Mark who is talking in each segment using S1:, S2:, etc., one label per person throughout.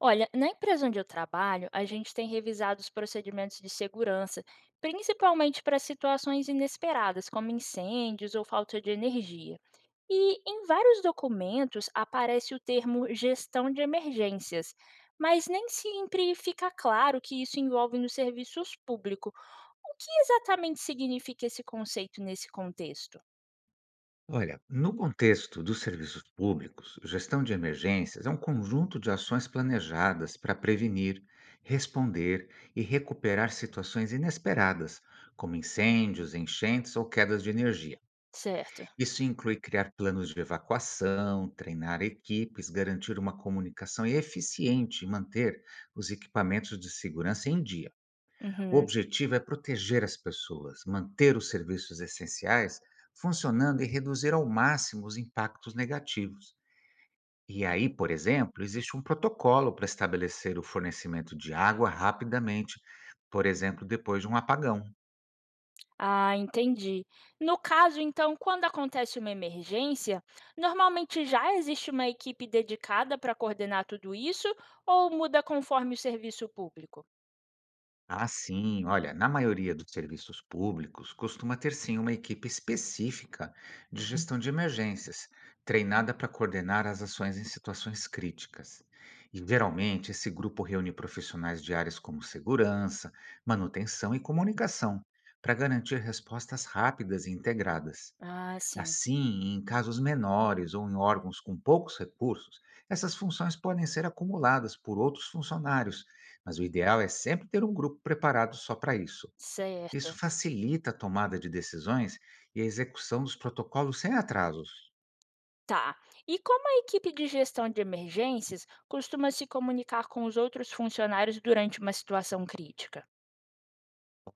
S1: Olha, na empresa onde eu trabalho, a gente tem revisado os procedimentos de segurança, principalmente para situações inesperadas, como incêndios ou falta de energia. E em vários documentos aparece o termo gestão de emergências, mas nem sempre fica claro que isso envolve nos serviços públicos. O que exatamente significa esse conceito nesse contexto?
S2: Olha, no contexto dos serviços públicos, gestão de emergências é um conjunto de ações planejadas para prevenir, responder e recuperar situações inesperadas, como incêndios, enchentes ou quedas de energia.
S1: Certo.
S2: Isso inclui criar planos de evacuação, treinar equipes, garantir uma comunicação eficiente e manter os equipamentos de segurança em dia. O
S1: Uhum.
S2: objetivo é proteger as pessoas, manter os serviços essenciais funcionando e reduzir ao máximo os impactos negativos. E aí, por exemplo, existe um protocolo para estabelecer o fornecimento de água rapidamente, por exemplo, depois de um apagão.
S1: Ah, entendi. No caso, então, quando acontece uma emergência, normalmente já existe uma equipe dedicada para coordenar tudo isso ou muda conforme o serviço público?
S2: Ah, sim. Olha, na maioria dos serviços públicos, costuma ter sim uma equipe específica de gestão de emergências, treinada para coordenar as ações em situações críticas. E geralmente esse grupo reúne profissionais de áreas como segurança, manutenção e comunicação, para garantir respostas rápidas e integradas.
S1: Ah, sim,
S2: Assim, em casos menores ou em órgãos com poucos recursos, essas funções podem ser acumuladas por outros funcionários, mas o ideal é sempre ter um grupo preparado só para isso. Isso
S1: certo.
S2: facilita a tomada de decisões e a execução dos protocolos sem atrasos.
S1: Tá. E como a equipe de gestão de emergências costuma se comunicar com os outros funcionários durante uma situação crítica?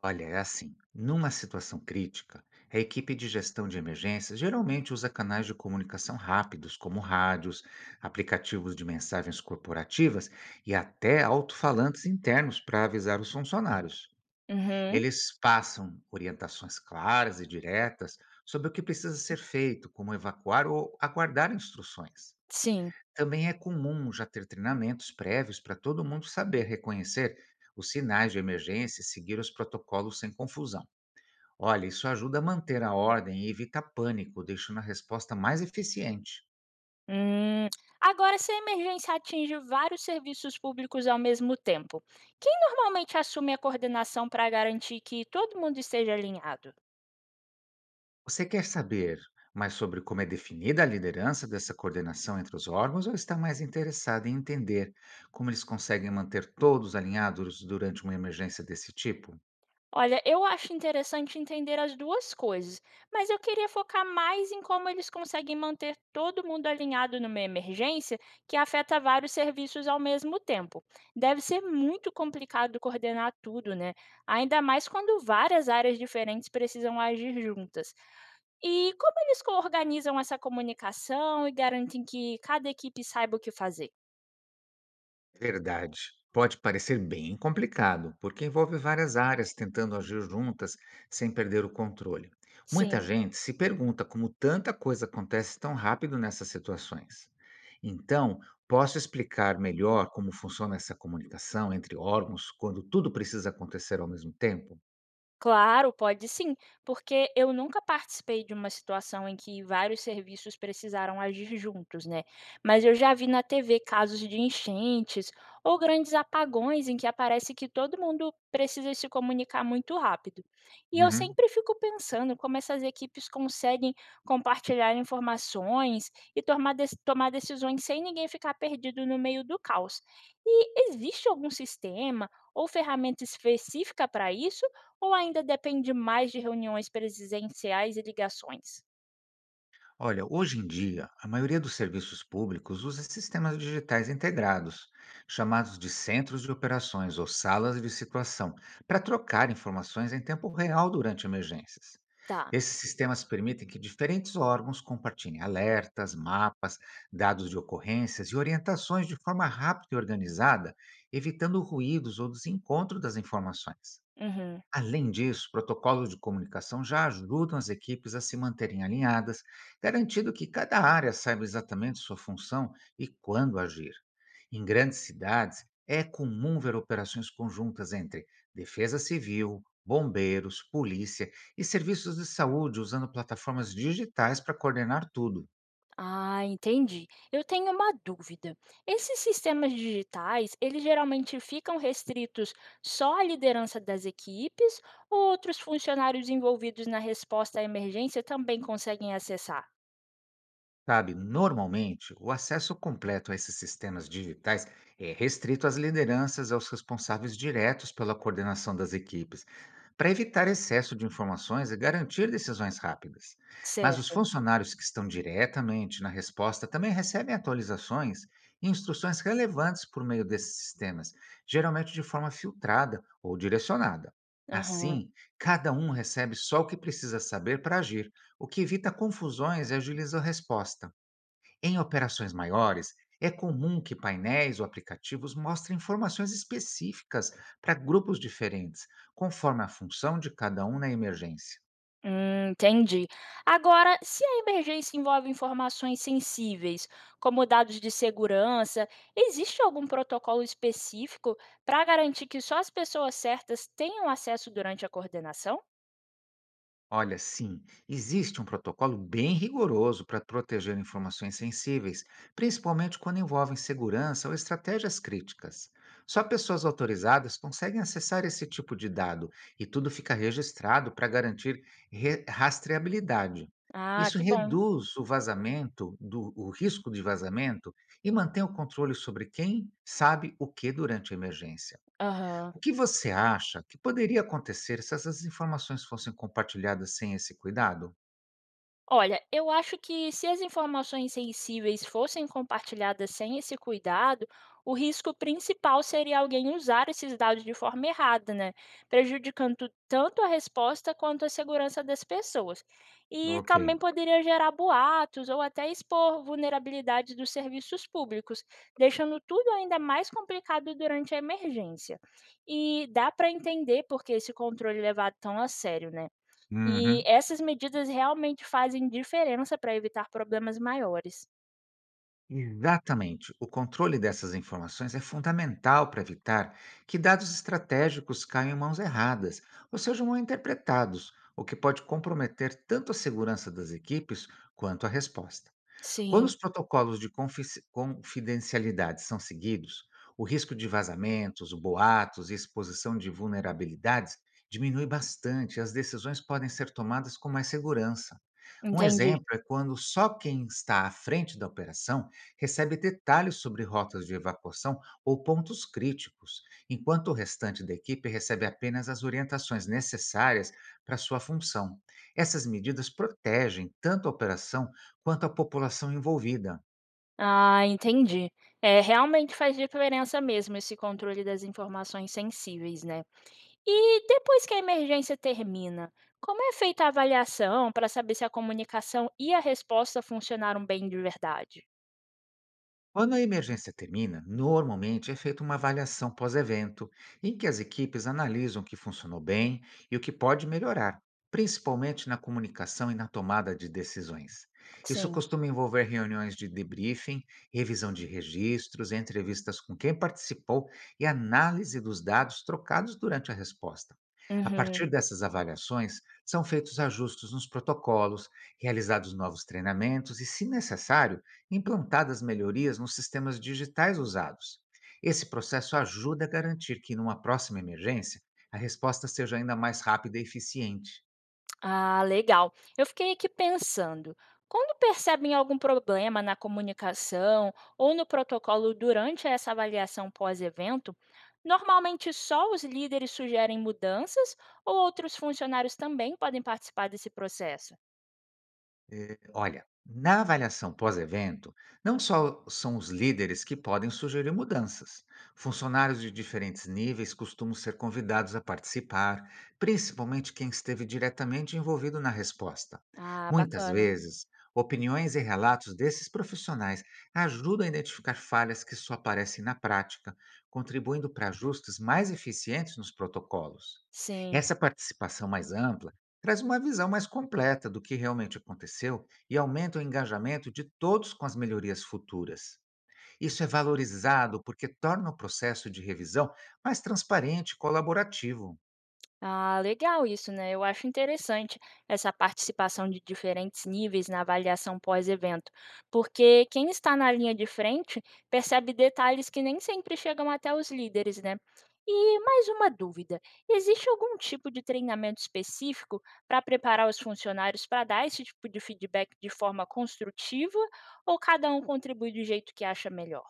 S2: Olha, é assim, numa situação crítica, a equipe de gestão de emergências geralmente usa canais de comunicação rápidos, como rádios, aplicativos de mensagens corporativas e até alto-falantes internos para avisar os funcionários.
S1: Uhum,
S2: Eles passam orientações claras e diretas sobre o que precisa ser feito, como evacuar ou aguardar instruções.
S1: sim.
S2: Também é comum já ter treinamentos prévios para todo mundo saber reconhecer os sinais de emergência e seguir os protocolos sem confusão. Olha, isso ajuda a manter a ordem e evita pânico, deixando a resposta mais eficiente.
S1: Hum, agora, se a emergência atinge vários serviços públicos ao mesmo tempo, quem normalmente assume a coordenação para garantir que todo mundo esteja alinhado?
S2: Você quer saber mais sobre como é definida a liderança dessa coordenação entre os órgãos ou está mais interessado em entender como eles conseguem manter todos alinhados durante uma emergência desse tipo?
S1: Olha, eu acho interessante entender as duas coisas, mas eu queria focar mais em como eles conseguem manter todo mundo alinhado numa emergência que afeta vários serviços ao mesmo tempo. Deve ser muito complicado coordenar tudo, né? Ainda mais quando várias áreas diferentes precisam agir juntas. E como eles organizam essa comunicação e garantem que cada equipe saiba o que fazer?
S2: Verdade. Pode parecer bem complicado, porque envolve várias áreas tentando agir juntas sem perder o controle. Muita
S1: Sim.
S2: gente se pergunta como tanta coisa acontece tão rápido nessas situações. Então, posso explicar melhor como funciona essa comunicação entre órgãos quando tudo precisa acontecer ao mesmo tempo?
S1: Claro, pode sim, porque eu nunca participei de uma situação em que vários serviços precisaram agir juntos, né? Mas eu já vi na TV casos de enchentes ou grandes apagões em que aparece que todo mundo precisa se comunicar muito rápido. E eu
S2: Uhum.
S1: sempre fico pensando como essas equipes conseguem compartilhar informações e tomar decisões sem ninguém ficar perdido no meio do caos. E existe algum sistema ou ferramenta específica para isso? Ou ainda depende mais de reuniões presenciais e ligações?
S2: Olha, hoje em dia, a maioria dos serviços públicos usa sistemas digitais integrados, chamados de centros de operações ou salas de situação, para trocar informações em tempo real durante emergências.
S1: Tá.
S2: Esses sistemas permitem que diferentes órgãos compartilhem alertas, mapas, dados de ocorrências e orientações de forma rápida e organizada, evitando ruídos ou desencontro das informações.
S1: Uhum.
S2: Além disso, protocolos de comunicação já ajudam as equipes a se manterem alinhadas, garantindo que cada área saiba exatamente sua função e quando agir. Em grandes cidades, é comum ver operações conjuntas entre defesa civil, bombeiros, polícia e serviços de saúde usando plataformas digitais para coordenar tudo.
S1: Ah, entendi. Eu tenho uma dúvida. Esses sistemas digitais, eles geralmente ficam restritos só à liderança das equipes ou outros funcionários envolvidos na resposta à emergência também conseguem acessar?
S2: Sabe, normalmente, o acesso completo a esses sistemas digitais é restrito às lideranças e aos responsáveis diretos pela coordenação das equipes, para evitar excesso de informações e garantir decisões rápidas. Mas os
S1: Certo.
S2: funcionários que estão diretamente na resposta também recebem atualizações e instruções relevantes por meio desses sistemas, geralmente de forma filtrada ou direcionada.
S1: Aham.
S2: Assim, cada um recebe só o que precisa saber para agir, o que evita confusões e agiliza a resposta. Em operações maiores, é comum que painéis ou aplicativos mostrem informações específicas para grupos diferentes, conforme a função de cada um na emergência.
S1: Entendi. Agora, se a emergência envolve informações sensíveis, como dados de segurança, existe algum protocolo específico para garantir que só as pessoas certas tenham acesso durante a coordenação?
S2: Olha, sim, existe um protocolo bem rigoroso para proteger informações sensíveis, principalmente quando envolvem segurança ou estratégias críticas. Só pessoas autorizadas conseguem acessar esse tipo de dado e tudo fica registrado para garantir rastreabilidade.
S1: Ah,
S2: Isso
S1: que bom.
S2: reduz o risco de vazamento e mantém o controle sobre quem sabe o que durante a emergência.
S1: Aham.
S2: O que você acha que poderia acontecer se essas informações fossem compartilhadas sem esse cuidado?
S1: Olha, eu acho que se as informações sensíveis fossem compartilhadas sem esse cuidado, o risco principal seria alguém usar esses dados de forma errada, né? Prejudicando tanto a resposta quanto a segurança das pessoas. E
S2: Ok.
S1: também poderia gerar boatos ou até expor vulnerabilidades dos serviços públicos, deixando tudo ainda mais complicado durante a emergência. E dá para entender por que esse controle é levado tão a sério, né? E
S2: Uhum.
S1: essas medidas realmente fazem diferença para evitar problemas maiores.
S2: Exatamente. O controle dessas informações é fundamental para evitar que dados estratégicos caiam em mãos erradas ou sejam mal interpretados, o que pode comprometer tanto a segurança das equipes quanto a resposta. Quando
S1: Sim,
S2: os protocolos de confici confidencialidade são seguidos, o risco de vazamentos, boatos e exposição de vulnerabilidades diminui bastante e as decisões podem ser tomadas com mais segurança. Um
S1: entendi.
S2: exemplo é quando só quem está à frente da operação recebe detalhes sobre rotas de evacuação ou pontos críticos, enquanto o restante da equipe recebe apenas as orientações necessárias para sua função. Essas medidas protegem tanto a operação quanto à população envolvida.
S1: Ah, entendi. É, realmente faz diferença mesmo esse controle das informações sensíveis, né? E depois que a emergência termina, como é feita a avaliação para saber se a comunicação e a resposta funcionaram bem de verdade?
S2: Quando a emergência termina, normalmente é feita uma avaliação pós-evento, em que as equipes analisam o que funcionou bem e o que pode melhorar, principalmente na comunicação e na tomada de decisões. Isso
S1: Sim.
S2: costuma envolver reuniões de debriefing, revisão de registros, entrevistas com quem participou e análise dos dados trocados durante a resposta. A
S1: Uhum.
S2: partir dessas avaliações, são feitos ajustes nos protocolos, realizados novos treinamentos e, se necessário, implantadas melhorias nos sistemas digitais usados. Esse processo ajuda a garantir que, numa próxima emergência, a resposta seja ainda mais rápida e eficiente.
S1: Ah, legal. Eu fiquei aqui pensando, quando percebem algum problema na comunicação ou no protocolo durante essa avaliação pós-evento, normalmente só os líderes sugerem mudanças ou outros funcionários também podem participar desse processo?
S2: Olha, na avaliação pós-evento, não só são os líderes que podem sugerir mudanças. Funcionários de diferentes níveis costumam ser convidados a participar, principalmente quem esteve diretamente envolvido na resposta.
S1: Ah,
S2: Muitas
S1: bacana.
S2: vezes, opiniões e relatos desses profissionais ajudam a identificar falhas que só aparecem na prática, contribuindo para ajustes mais eficientes nos protocolos.
S1: Sim.
S2: Essa participação mais ampla traz uma visão mais completa do que realmente aconteceu e aumenta o engajamento de todos com as melhorias futuras. Isso é valorizado porque torna o processo de revisão mais transparente e colaborativo.
S1: Ah, legal isso, né? Eu acho interessante essa participação de diferentes níveis na avaliação pós-evento, porque quem está na linha de frente percebe detalhes que nem sempre chegam até os líderes, né? E mais uma dúvida: existe algum tipo de treinamento específico para preparar os funcionários para dar esse tipo de feedback de forma construtiva, ou cada um contribui do jeito que acha melhor?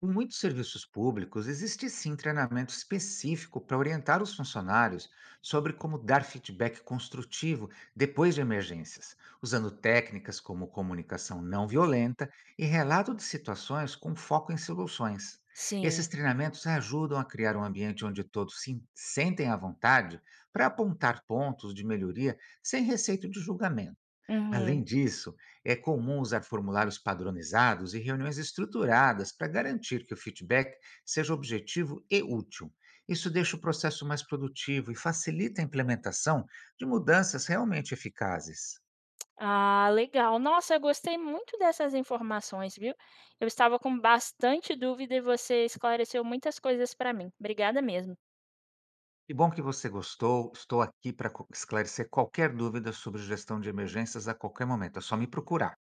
S2: Em muitos serviços públicos, existe sim treinamento específico para orientar os funcionários sobre como dar feedback construtivo depois de emergências, usando técnicas como comunicação não violenta e relato de situações com foco em soluções. Esses
S1: Sim.
S2: treinamentos ajudam a criar um ambiente onde todos se sentem à vontade para apontar pontos de melhoria sem receio de julgamento. Além
S1: Uhum.
S2: disso, é comum usar formulários padronizados e reuniões estruturadas para garantir que o feedback seja objetivo e útil. Isso deixa o processo mais produtivo e facilita a implementação de mudanças realmente eficazes.
S1: Ah, legal. Nossa, eu gostei muito dessas informações, viu? Eu estava com bastante dúvida e você esclareceu muitas coisas para mim. Obrigada mesmo.
S2: Que bom que você gostou. Estou aqui para esclarecer qualquer dúvida sobre gestão de emergências a qualquer momento. É só me procurar.